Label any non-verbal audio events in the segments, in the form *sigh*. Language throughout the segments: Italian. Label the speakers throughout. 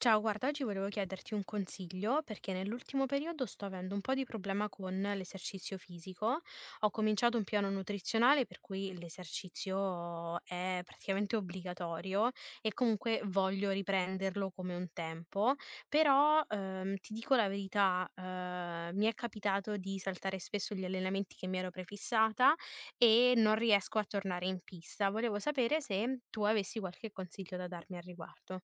Speaker 1: Ciao, guarda, oggi volevo chiederti un consiglio perché nell'ultimo periodo sto avendo un po' di problema con l'esercizio fisico. Ho cominciato un piano nutrizionale per cui l'esercizio è praticamente obbligatorio e comunque voglio riprenderlo come un tempo, però ti dico la verità, mi è capitato di saltare spesso gli allenamenti che mi ero prefissata e non riesco a tornare in pista. Volevo sapere se tu avessi qualche consiglio da darmi al riguardo.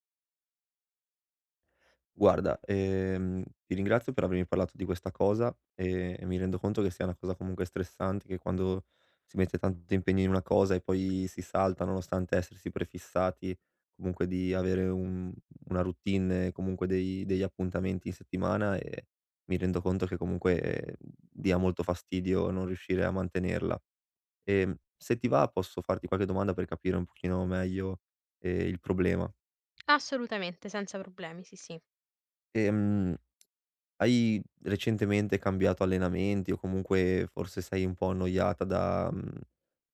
Speaker 2: Guarda, ti ringrazio per avermi parlato di questa cosa, e mi rendo conto che sia una cosa comunque stressante, che quando si mette tanto impegno in una cosa e poi si salta, nonostante essersi prefissati comunque di avere un una routine, comunque dei degli appuntamenti in settimana, mi rendo conto che comunque, dia molto fastidio non riuscire a mantenerla. Se ti va posso farti qualche domanda per capire un pochino meglio, il problema.
Speaker 1: Assolutamente, senza problemi, sì, sì.
Speaker 2: Ehm Hai recentemente cambiato allenamenti o comunque forse sei un po' annoiata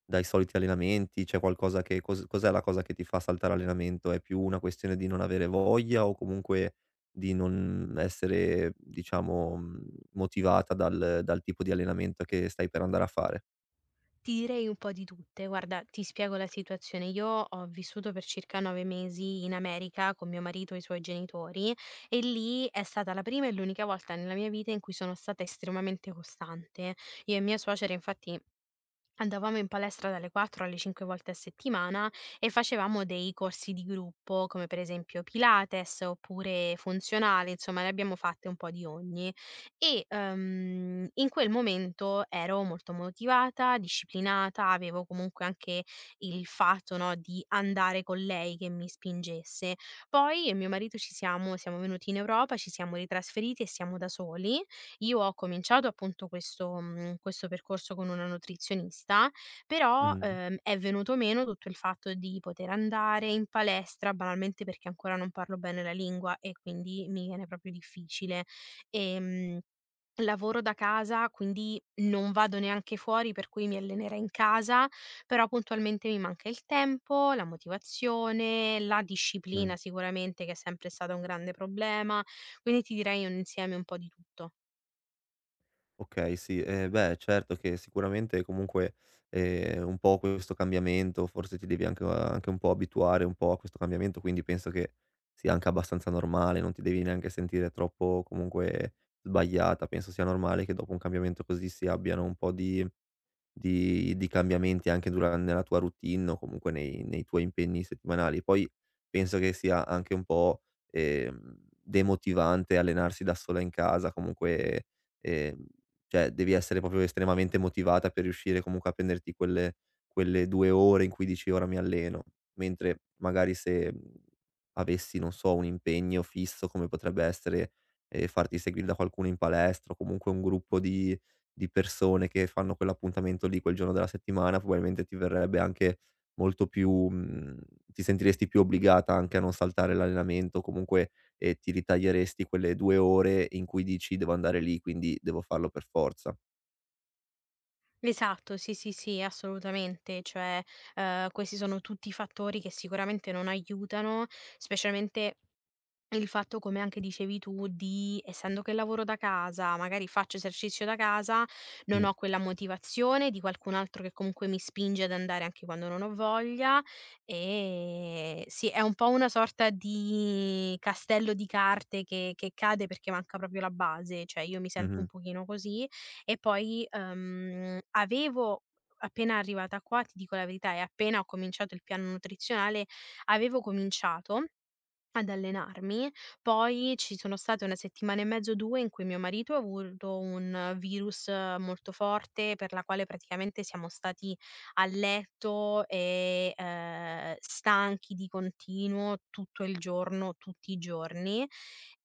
Speaker 2: dai soliti allenamenti? C'è qualcosa che cos cos'è la cosa che ti fa saltare allenamento? È più una questione di non avere voglia o comunque di non essere, diciamo, motivata dal tipo di allenamento che stai per andare a fare?
Speaker 1: Ti direi un po' di tutte. Guarda, ti spiego la situazione. Io ho vissuto per circa 9 mesi in America con mio marito e i suoi genitori e lì è stata la prima e l'unica volta nella mia vita in cui sono stata estremamente costante. Io e mia suocera infatti andavamo in palestra dalle 4 alle 5 volte a settimana e facevamo dei corsi di gruppo, come per esempio Pilates oppure funzionale, insomma ne abbiamo fatte un po' di ogni. E, in quel momento ero molto motivata, disciplinata, avevo comunque anche il fatto, no, di andare con lei che mi spingesse. Poi io e mio marito ci siamo venuti in Europa, ci siamo ritrasferiti e siamo da soli. Io ho cominciato appunto questo percorso con una nutrizionista, però,
Speaker 2: Mh-mh,
Speaker 1: è venuto meno tutto il fatto di poter andare in palestra, banalmente perché ancora non parlo bene la lingua e quindi mi viene proprio difficile. Ehm, Lavoro da casa, quindi non vado neanche fuori, per cui mi allenerei in casa, però puntualmente mi manca il tempo, la motivazione, la disciplina
Speaker 2: mh.
Speaker 1: sicuramente che è sempre stata un grande problema, quindi ti direi un insieme un po' di tutto.
Speaker 2: Okay, sì. Beh, certo che sicuramente comunque, un po' questo cambiamento forse ti devi anche un po' abituare un po' a questo cambiamento, quindi penso che sia anche abbastanza normale, non ti devi neanche sentire troppo comunque sbagliata. Penso sia normale che dopo un cambiamento così si abbiano un po' di cambiamenti anche dura nella tua routine o comunque nei tuoi impegni settimanali. Poi penso che sia anche un po', ehm, demotivante allenarsi da sola in casa, comunque, ehm, cioè devi essere proprio estremamente motivata per riuscire comunque a prenderti quelle 2 ore in cui dici: "Ora mi alleno", mentre magari se, avessi, non so, un impegno fisso come potrebbe essere, farti seguire da qualcuno in palestra o comunque un gruppo di persone che fanno quell'appuntamento lì, quel giorno della settimana, probabilmente ti verrebbe anche molto più ti sentiresti più obbligata anche a non saltare l'allenamento, comunque, ti ritaglieresti quelle 2 ore in cui dici: "Devo andare lì, quindi devo farlo per forza".
Speaker 1: Esatto, sì, sì, sì, assolutamente. Cioè, questi sono tutti fattori che sicuramente non aiutano, specialmente il fatto, come anche dicevi tu, di essendo che lavoro da casa, magari faccio esercizio da casa, non
Speaker 2: Mh.
Speaker 1: ho quella motivazione di qualcun altro che comunque mi spinge ad andare anche quando non ho voglia. E sì, è un po' una sorta di castello di carte che cade perché manca proprio la base, cioè io mi sento un
Speaker 2: Mh-mh.
Speaker 1: pochino così. E poi avevo. Appena arrivata qua, ti dico la verità, e appena ho cominciato il piano nutrizionale, avevo cominciato ad allenarmi, poi ci sono state 1 settimana e mezzo, 2 in cui mio marito ha avuto un virus molto forte, per la quale praticamente siamo stati a letto e, stanchi di continuo tutto il giorno, tutti i giorni.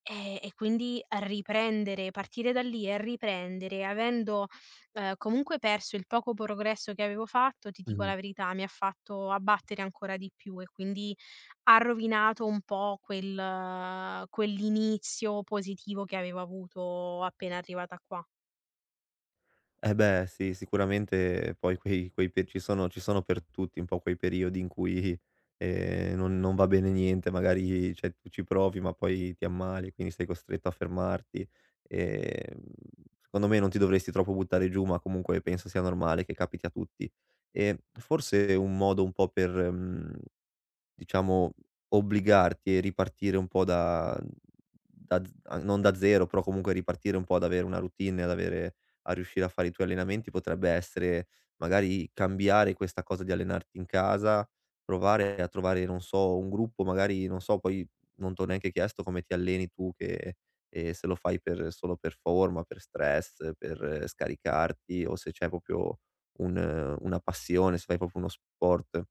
Speaker 1: E quindi riprendere partire da lì e riprendere, avendo, comunque perso il poco progresso che avevo fatto, ti dico la
Speaker 2: Mh-mh.
Speaker 1: verità, mi ha fatto abbattere ancora di più e quindi ha rovinato un po' quell'inizio positivo che avevo avuto appena arrivata qua.
Speaker 2: Eh beh sì, sicuramente poi quei quei pe ci sono per tutti un po' quei periodi in cui, non va bene niente, magari cioè tu ci provi ma poi ti ammali, quindi sei costretto a fermarti. Ehm, Secondo me non ti dovresti troppo buttare giù, ma comunque penso sia normale che capiti a tutti. E forse un modo un po' per, mhmm diciamo, obbligarti e ripartire un po' da z a non da 0, però comunque ripartire un po' ad avere una routine, ad avere a riuscire a fare i tuoi allenamenti potrebbe essere magari cambiare questa cosa di allenarti in casa, provare a trovare, non so, un gruppo, magari non so, poi non t'ho neanche chiesto come ti alleni tu che se lo fai per solo per forma, per stress, per scaricarti o se c'è proprio un una passione, se fai proprio uno sport.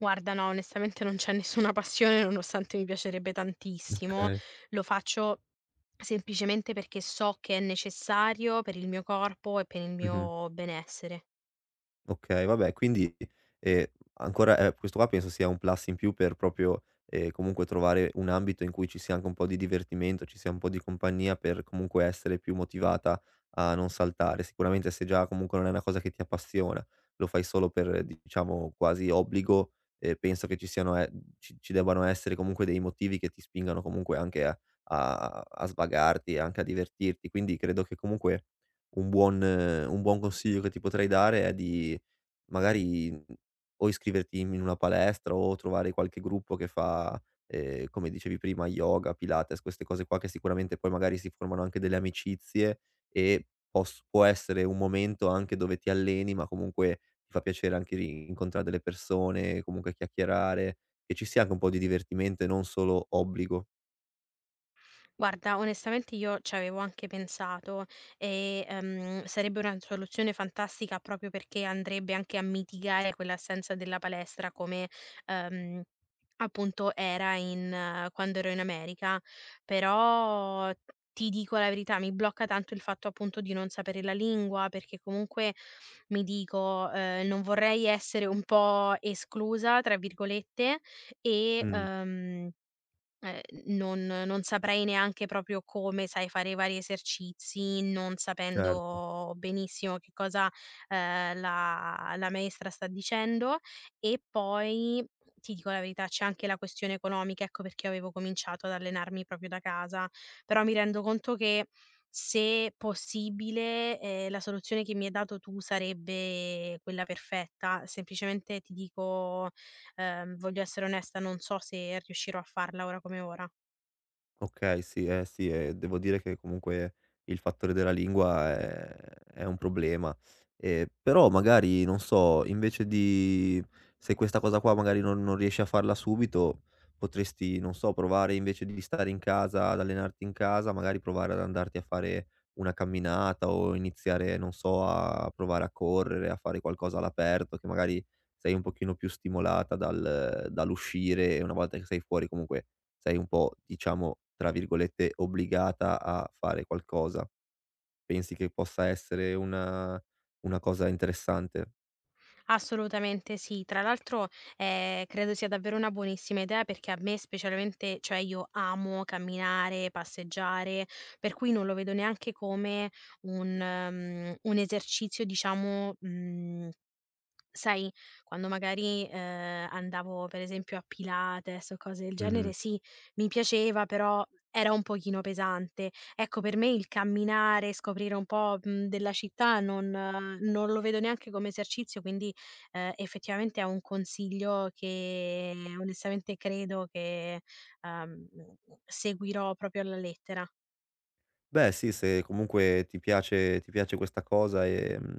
Speaker 1: Guarda no, onestamente non c'è nessuna *laughs* passione, nonostante mi piacerebbe tantissimo.
Speaker 2: Okay.
Speaker 1: Lo faccio semplicemente perché so che è necessario per il mio corpo e per il
Speaker 2: Mh-mh.
Speaker 1: mio benessere.
Speaker 2: Okay, vabbè quindi, ehm, ancora questo qua penso sia un plus in più per proprio, comunque trovare un ambito in cui ci sia anche un po' di divertimento, ci sia un po' di compagnia per comunque essere più motivata a non saltare. Sicuramente se già comunque non è una cosa che ti appassiona, lo fai solo per diciamo quasi obbligo, penso che ci siano ci ci debbano essere comunque dei motivi che ti spingano comunque anche a svagarti e anche a divertirti. Quindi credo che comunque un buon consiglio che ti potrei dare è di magari, o iscriverti in una palestra o trovare qualche gruppo che fa, come dicevi prima, yoga, pilates, queste cose qua che sicuramente poi magari si formano anche delle amicizie e pos può essere un momento anche dove ti alleni, ma comunque ti fa piacere anche ri incontrare delle persone, comunque chiacchierare, che ci sia anche un po' di divertimento e non solo obbligo.
Speaker 1: Guarda, onestamente io ci avevo anche pensato e, sarebbe una soluzione fantastica proprio perché andrebbe anche a mitigare quell'assenza della palestra come, ehm, appunto era in quando ero in America. Però ti dico la verità, mi blocca tanto il fatto appunto di non sapere la lingua, perché comunque mi dico, non vorrei essere un po' "esclusa" tra virgolette e,
Speaker 2: Mh,
Speaker 1: Ehm, n non saprei neanche proprio come, sai, fare i vari esercizi, non
Speaker 2: certo.
Speaker 1: sapendo benissimo che cosa, la maestra sta dicendo. E poi, ti dico la verità, c'è anche la questione economica, ecco perché avevo cominciato ad allenarmi proprio da casa. Però mi rendo conto che, se possibile, la soluzione che mi hai dato tu sarebbe quella perfetta. Semplicemente ti dico. Voglio essere onesta, non so se riuscirò a farla ora come ora.
Speaker 2: Okay, sì, eh sì, devo dire che comunque il fattore della lingua è un problema. Però magari, non so, invece di se questa cosa qua magari non riesci a farla subito, potresti, non so, provare invece di stare in casa, ad allenarti in casa, magari provare ad andarti a fare una camminata o iniziare, non so, a provare a correre, a fare qualcosa all'aperto, che magari sei un pochino più stimolata dall'uscire e una volta che sei fuori comunque sei un po', diciamo, tra virgolette, "obbligata" a fare qualcosa. Pensi che possa essere una cosa interessante?
Speaker 1: Assolutamente sì. Tra l'altro, credo sia davvero una buonissima idea perché a me specialmente, cioè io amo camminare, passeggiare, per cui non lo vedo neanche come un esercizio diciamo, mhmm Sai, quando magari, andavo per esempio a Pilates o cose del genere,
Speaker 2: Mh-mh.
Speaker 1: sì, mi piaceva, però era un pochino pesante. Ecco, per me il camminare, scoprire un po', della città non non lo vedo neanche come esercizio, quindi, effettivamente è un consiglio che onestamente credo che, ehm, seguirò proprio alla lettera.
Speaker 2: Beh sì, se comunque ti piace questa cosa,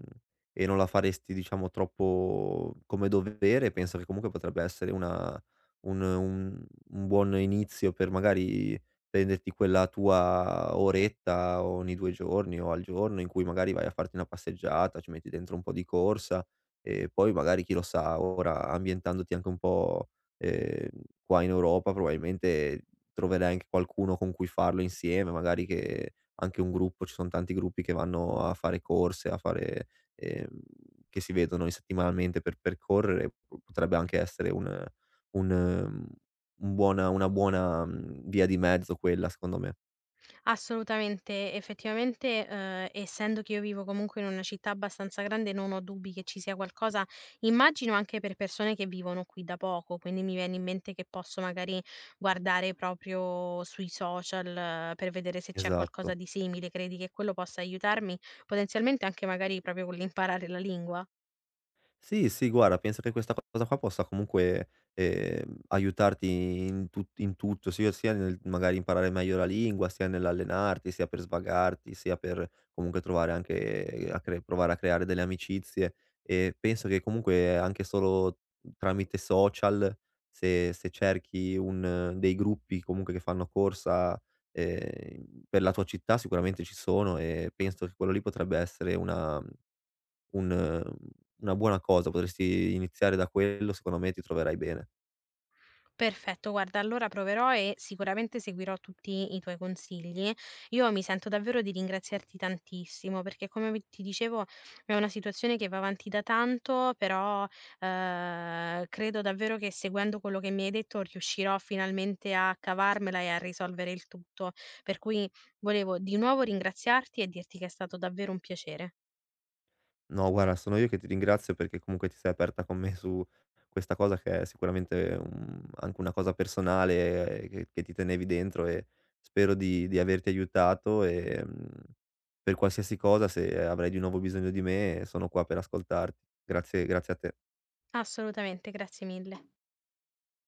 Speaker 2: e non la faresti diciamo troppo come dovere, penso che comunque potrebbe essere una un un un buon inizio per magari prenderti quella tua oretta ogni 2 giorni o al giorno in cui magari vai a farti una passeggiata, ci metti dentro un po' di corsa e poi magari chi lo sa ora ambientandoti anche un po', ehm, qua in Europa probabilmente troverai anche qualcuno con cui farlo insieme, magari che anche un gruppo, ci son tanti gruppi che vanno a fare corse, a fare ehm, che si vedono i settimanalmente per percorrere, po potrebbe anche essere un ehm, un buona una buona, via di mezzo quella secondo me.
Speaker 1: Assolutamente, effettivamente, essendo che io vivo comunque in una città abbastanza grande, non ho dubbi che ci sia qualcosa, immagino anche per persone che vivono qui da poco, quindi mi viene in mente che posso magari guardare proprio sui social per vedere se c'è qualcosa
Speaker 2: Esatto.
Speaker 1: di simile. Credi che quello possa aiutarmi? Potenzialmente anche magari proprio con l'imparare la lingua?
Speaker 2: Sì, sì, guarda, penso che questa cosa qua possa comunque, aiutarti in tutto, sia nel magari imparare meglio la lingua, sia nell'allenarti, sia per svagarti, sia per comunque trovare anche a cre provare a creare delle amicizie. E penso che comunque anche solo tramite social, se cerchi un dei gruppi comunque che fanno corsa, ehm, per la tua città sicuramente ci sono e penso che quello lì potrebbe essere una un una buona cosa, potresti iniziare da quello, secondo me ti troverai bene.
Speaker 1: Perfetto, guarda, allora proverò e sicuramente seguirò tutti i tuoi consigli. Io mi sento davvero di ringraziarti tantissimo perché, come ti dicevo, è una situazione che va avanti da tanto, però credo davvero che seguendo quello che mi hai detto riuscirò finalmente a cavarmela e a risolvere il tutto. Per cui volevo di nuovo ringraziarti e dirti che è stato davvero un piacere.
Speaker 2: No guarda, sono io che ti ringrazio perché comunque ti sei aperta con me su questa cosa che è sicuramente, anche una cosa personale, che ti tenevi dentro e spero di averti aiutato, per qualsiasi cosa se avrai di nuovo bisogno di me sono qua per ascoltarti. Grazie a te.
Speaker 1: Assolutamente, grazie mille.